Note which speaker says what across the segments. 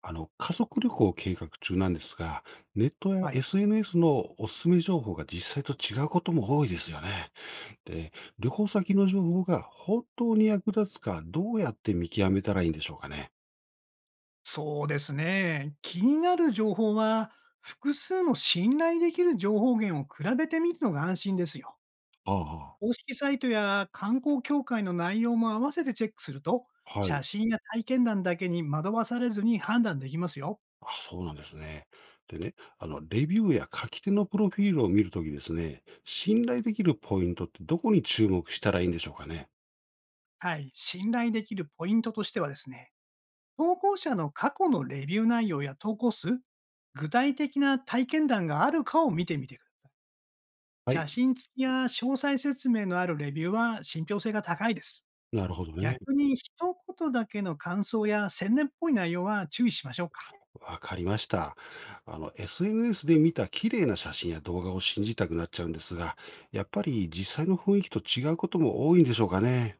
Speaker 1: 家族旅行を計画中なんですが、ネットや
Speaker 2: はい、
Speaker 1: SNS のおすすめ情報が実際と違うことも多いですよね。で、旅行先の情報が本当に役立つか、どうやって見極めたらいいんでしょうかね。
Speaker 2: そうですね。気になる情報は、複数の信頼できる情報源を比べてみるのが安心ですよ。
Speaker 1: あ
Speaker 2: 公式サイトや観光協会の内容も合わせてチェックすると、
Speaker 1: あ、は
Speaker 2: 写
Speaker 1: い。
Speaker 2: 真や体験談だけに惑わされずに判断できますよ。
Speaker 1: あ、そうなんですね。でね、レビューや書き手のプロフィールを見るときですね、信頼できるポイントってどこに注目したらいいんでしょうかね。
Speaker 2: はい、信頼できるポイントとしてはですね、投稿者の過去のレビュー内容や投稿数、具体的な体験談があるかを見てみてください。
Speaker 1: はい。
Speaker 2: 写真付きや詳細説明のあるレビューは信憑性が高いです。
Speaker 1: なるほどね。
Speaker 2: 逆に一言だけの感想や宣伝っぽい内容は注意しましょうか。
Speaker 1: わかりました。SNS で見た綺麗な写真や動画を信じたくなっちゃうんですが、やっぱり実際の雰囲気と違うことも多いんでしょうかね。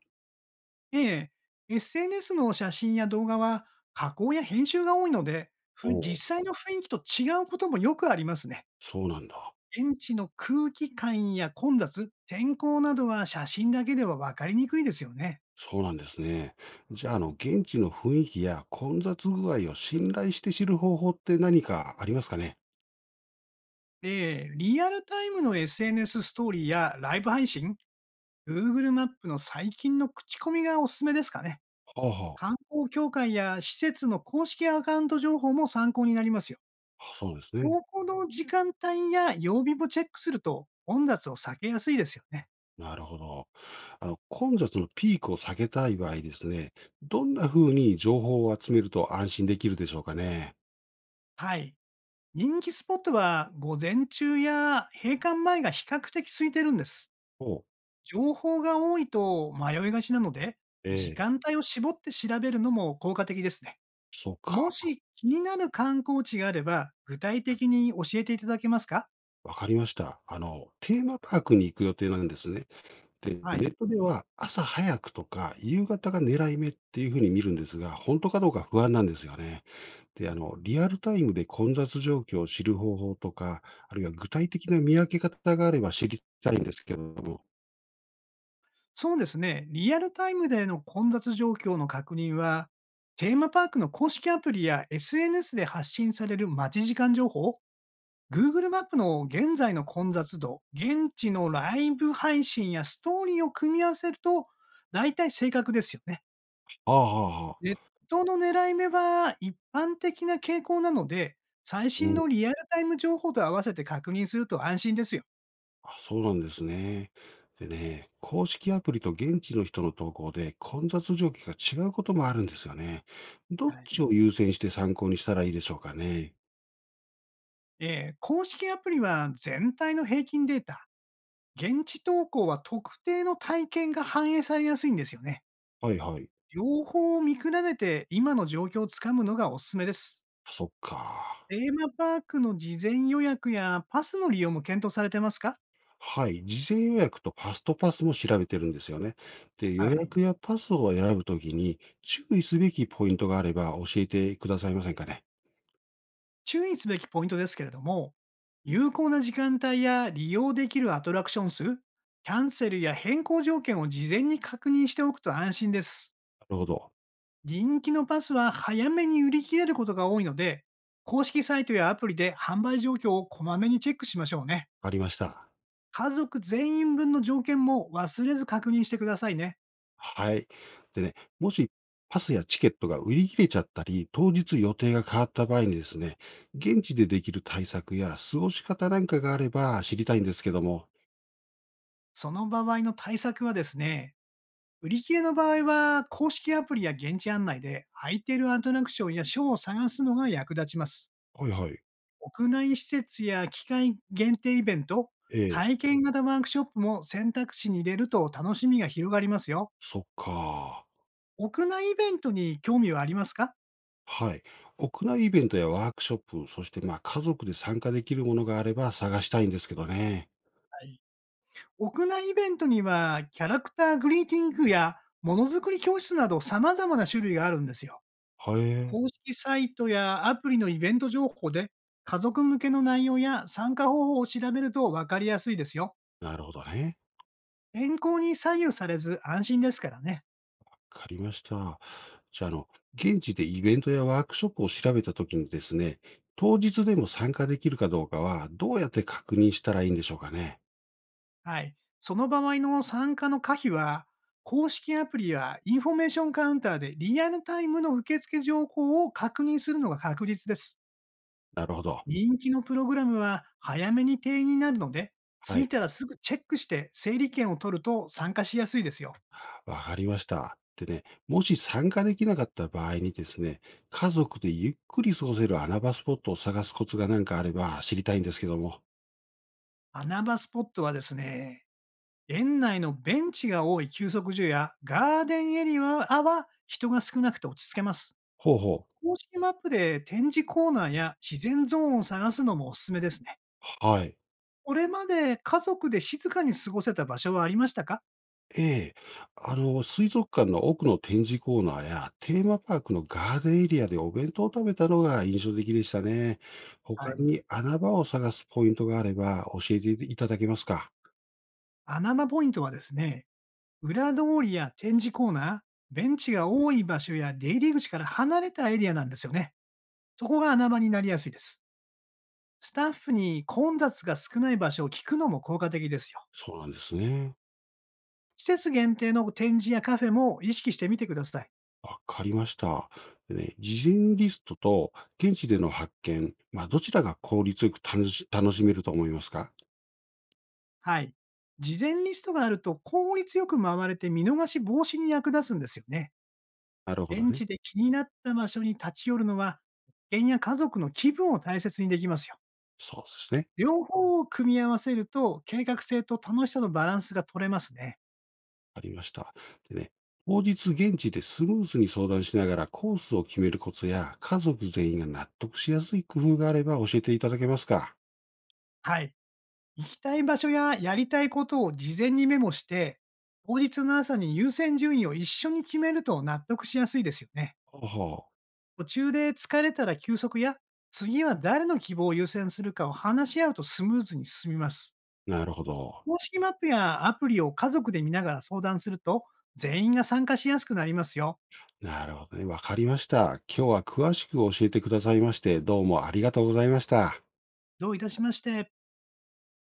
Speaker 2: ええ、SNS の写真や動画は加工や編集が多いので、
Speaker 1: おう、
Speaker 2: 実際の雰囲気と違うこともよくありますね。
Speaker 1: そうなんだ。
Speaker 2: 現地の空気感や混雑、天候などは写真だけでは分かりにくいですよね。
Speaker 1: そうなんですね。じゃあ、現地の雰囲気や混雑具合を信頼して知る方法って何かありますかね。
Speaker 2: で、リアルタイムの SNS スエヌエスストーリーやライブ配信、Google マップの最近の口コミがおすすめですかね。
Speaker 1: はあは
Speaker 2: 観
Speaker 1: あ。
Speaker 2: 光協会や施設の公式アカウント情報も参考になりますよ。
Speaker 1: あ、そうなんですね。
Speaker 2: 投稿の時間帯や曜日もチェックすると混雑を避けやすいですよね。
Speaker 1: なるほど。混雑のピークを避けたい場合ですね、どんな風に情報を集めると安心できるでしょうかね。
Speaker 2: はい。人気スポットは午前中や閉館前が比較的空いてるんです。
Speaker 1: おう。
Speaker 2: 情報が多いと迷いがちなので、時
Speaker 1: ええ。
Speaker 2: 間帯を絞って調べるのも効果的ですね。
Speaker 1: そう
Speaker 2: も
Speaker 1: か。
Speaker 2: し気になる観光地があれば、具体的に教えていただけますか？
Speaker 1: わかりました。テーマパークに行く予定なんですね。で、
Speaker 2: は
Speaker 1: ネ
Speaker 2: い、
Speaker 1: ットでは朝早くとか夕方が狙い目っていうふうに見るんですが、本当かどうか不安なんですよね。で、リアルタイムで混雑状況を知る方法とか、あるいは具体的な見分け方があれば知りたいんですけれども。
Speaker 2: そうですね。リアルタイムでの混雑状況の確認は、テーマパークの公式アプリや SNS で発信される待ち時間情報、Google マップの現在の混雑度、現地のライブ配信やストーリーを組み合わせると、大体正確ですよね。
Speaker 1: ああ、はあ、は
Speaker 2: ネッ
Speaker 1: あ。
Speaker 2: トの狙い目は一般的な傾向なので、最
Speaker 1: う
Speaker 2: 新
Speaker 1: ん。
Speaker 2: のリアルタイム情報と合わせて確認すると安心ですよ。
Speaker 1: あ、そうなんですね。でね、公式アプリと現地の人の投稿で混雑状況が違うこともあるんですよね。どっ
Speaker 2: はい。
Speaker 1: ちを優先して参考にしたらいいでしょうかね。
Speaker 2: 公式アプリは全体の平均データ、現地投稿は特定の体験が反映されやすいんですよね。
Speaker 1: はいはい。
Speaker 2: 両方を見比べて今の状況をつかむのがおすすめです。
Speaker 1: そっか。
Speaker 2: テーマパークの事前予約やパスの利用も検討されてますか？
Speaker 1: はい。事前予約とファストパスも調べてるんですよね。で、
Speaker 2: は
Speaker 1: 予
Speaker 2: い。
Speaker 1: 約やパスを選ぶときに注意すべきポイントがあれば教えてくださいませんかね。
Speaker 2: 注意すべきポイントですけれども、有効な時間帯や利用できるアトラクション数、キャンセルや変更条件を事前に確認しておくと安心です。
Speaker 1: なるほど。
Speaker 2: 人気のパスは早めに売り切れることが多いので、公式サイトやアプリで販売状況をこまめにチェックしましょうね。
Speaker 1: ありました。
Speaker 2: 家族全員分の条件も忘れず確認してくださいね。
Speaker 1: はい。でね、もしパスやチケットが売り切れちゃったり、当日予定が変わった場合にですね、現地でできる対策や過ごし方なんかがあれば知りたいんですけども。
Speaker 2: その場合の対策はですね、売り切れの場合は公式アプリや現地案内で空いているアトラクションやショーを探すのが役立ちます。
Speaker 1: はいはい。
Speaker 2: 屋内施設や機械限定イベント、
Speaker 1: ええ、
Speaker 2: 体験型ワークショップも選択肢に入れると楽しみが広がりますよ。
Speaker 1: そっか。
Speaker 2: 屋内イベントに興味はありますか？
Speaker 1: はい。屋内イベントやワークショップ、そしてまあ家族で参加できるものがあれば探したいんですけどね。
Speaker 2: はい。屋内イベントには、キャラクターグリーティングやものづくり教室など様々な種類があるんですよ。
Speaker 1: はい、
Speaker 2: 公式サイトやアプリのイベント情報で、家族向けの内容や参加方法を調べると分かりやすいですよ。
Speaker 1: なるほどね。
Speaker 2: 天候に左右されず安心ですからね。
Speaker 1: わかりました。じゃあ、現地でイベントやワークショップを調べたときにですね、当日でも参加できるかどうかは、どうやって確認したらいいんでしょうかね。
Speaker 2: はい。その場合の参加の可否は、公式アプリやインフォメーションカウンターでリアルタイムの受付情報を確認するのが確実です。
Speaker 1: なるほど。
Speaker 2: 人気のプログラムは早めに定員になるので、
Speaker 1: は
Speaker 2: 着い
Speaker 1: い。
Speaker 2: たらすぐチェックして整理券を取ると参加しやすいですよ。
Speaker 1: わかりました。でね、もし参加できなかった場合にですね、家族でゆっくり過ごせる穴場スポットを探すコツが何かあれば知りたいんですけども。
Speaker 2: 穴場スポットはですね、園内のベンチが多い休息所やガーデンエリアは人が少なくて落ち着けます。
Speaker 1: ほうほう。
Speaker 2: 公式マップで展示コーナーや自然ゾーンを探すのもおすすめですね。
Speaker 1: はい。
Speaker 2: これまで家族で静かに過ごせた場所はありましたか？
Speaker 1: ええ。水族館の奥の展示コーナーや、テーマパークのガーデンエリアでお弁当を食べたのが印象的でしたね。
Speaker 2: は
Speaker 1: 他
Speaker 2: い。
Speaker 1: に穴場を探すポイントがあれば教えていただけますか？
Speaker 2: 穴場ポイントはですね、裏通りや展示コーナー、ベンチが多い場所や出入り口から離れたエリアなんですよね。そこが穴場になりやすいです。スタッフに混雑が少ない場所を聞くのも効果的ですよ。
Speaker 1: そうなんですね。
Speaker 2: 季節限定の展示やカフェも意識してみてください。
Speaker 1: わかりました。でね、事前リストと現地での発見、まあ、どちらが効率よく楽しめると思いますか？
Speaker 2: はい。事前リストがあると効率よく回れて見逃し防止に役立つんですよね。
Speaker 1: なるほど
Speaker 2: 現
Speaker 1: ね。
Speaker 2: 地で気になった場所に立ち寄るのは、保険や家族の気分を大切にできますよ。
Speaker 1: そうですね。
Speaker 2: 両方を組み合わせると、計画性と楽しさのバランスが取れますね。
Speaker 1: ありました。でね、当日現地でスムーズに相談しながらコースを決めるコツや、家族全員が納得しやすい工夫があれば教えていただけますか？
Speaker 2: はい。行きたい場所ややりたいことを事前にメモして、当日の朝に優先順位を一緒に決めると納得しやすいですよね。
Speaker 1: ほうほ
Speaker 2: 途中で疲れたら休息や、次は誰の希望を優先するかを話し合うとスムーズに進みます。
Speaker 1: う。なるほど。
Speaker 2: 公式マップやアプリを家族で見ながら相談すると、全員が参加しやすくなりますよ。
Speaker 1: なるほどね。わかりました。今日は詳しく教えてくださいまして、どうもありがとうございました。
Speaker 2: どういたしまして。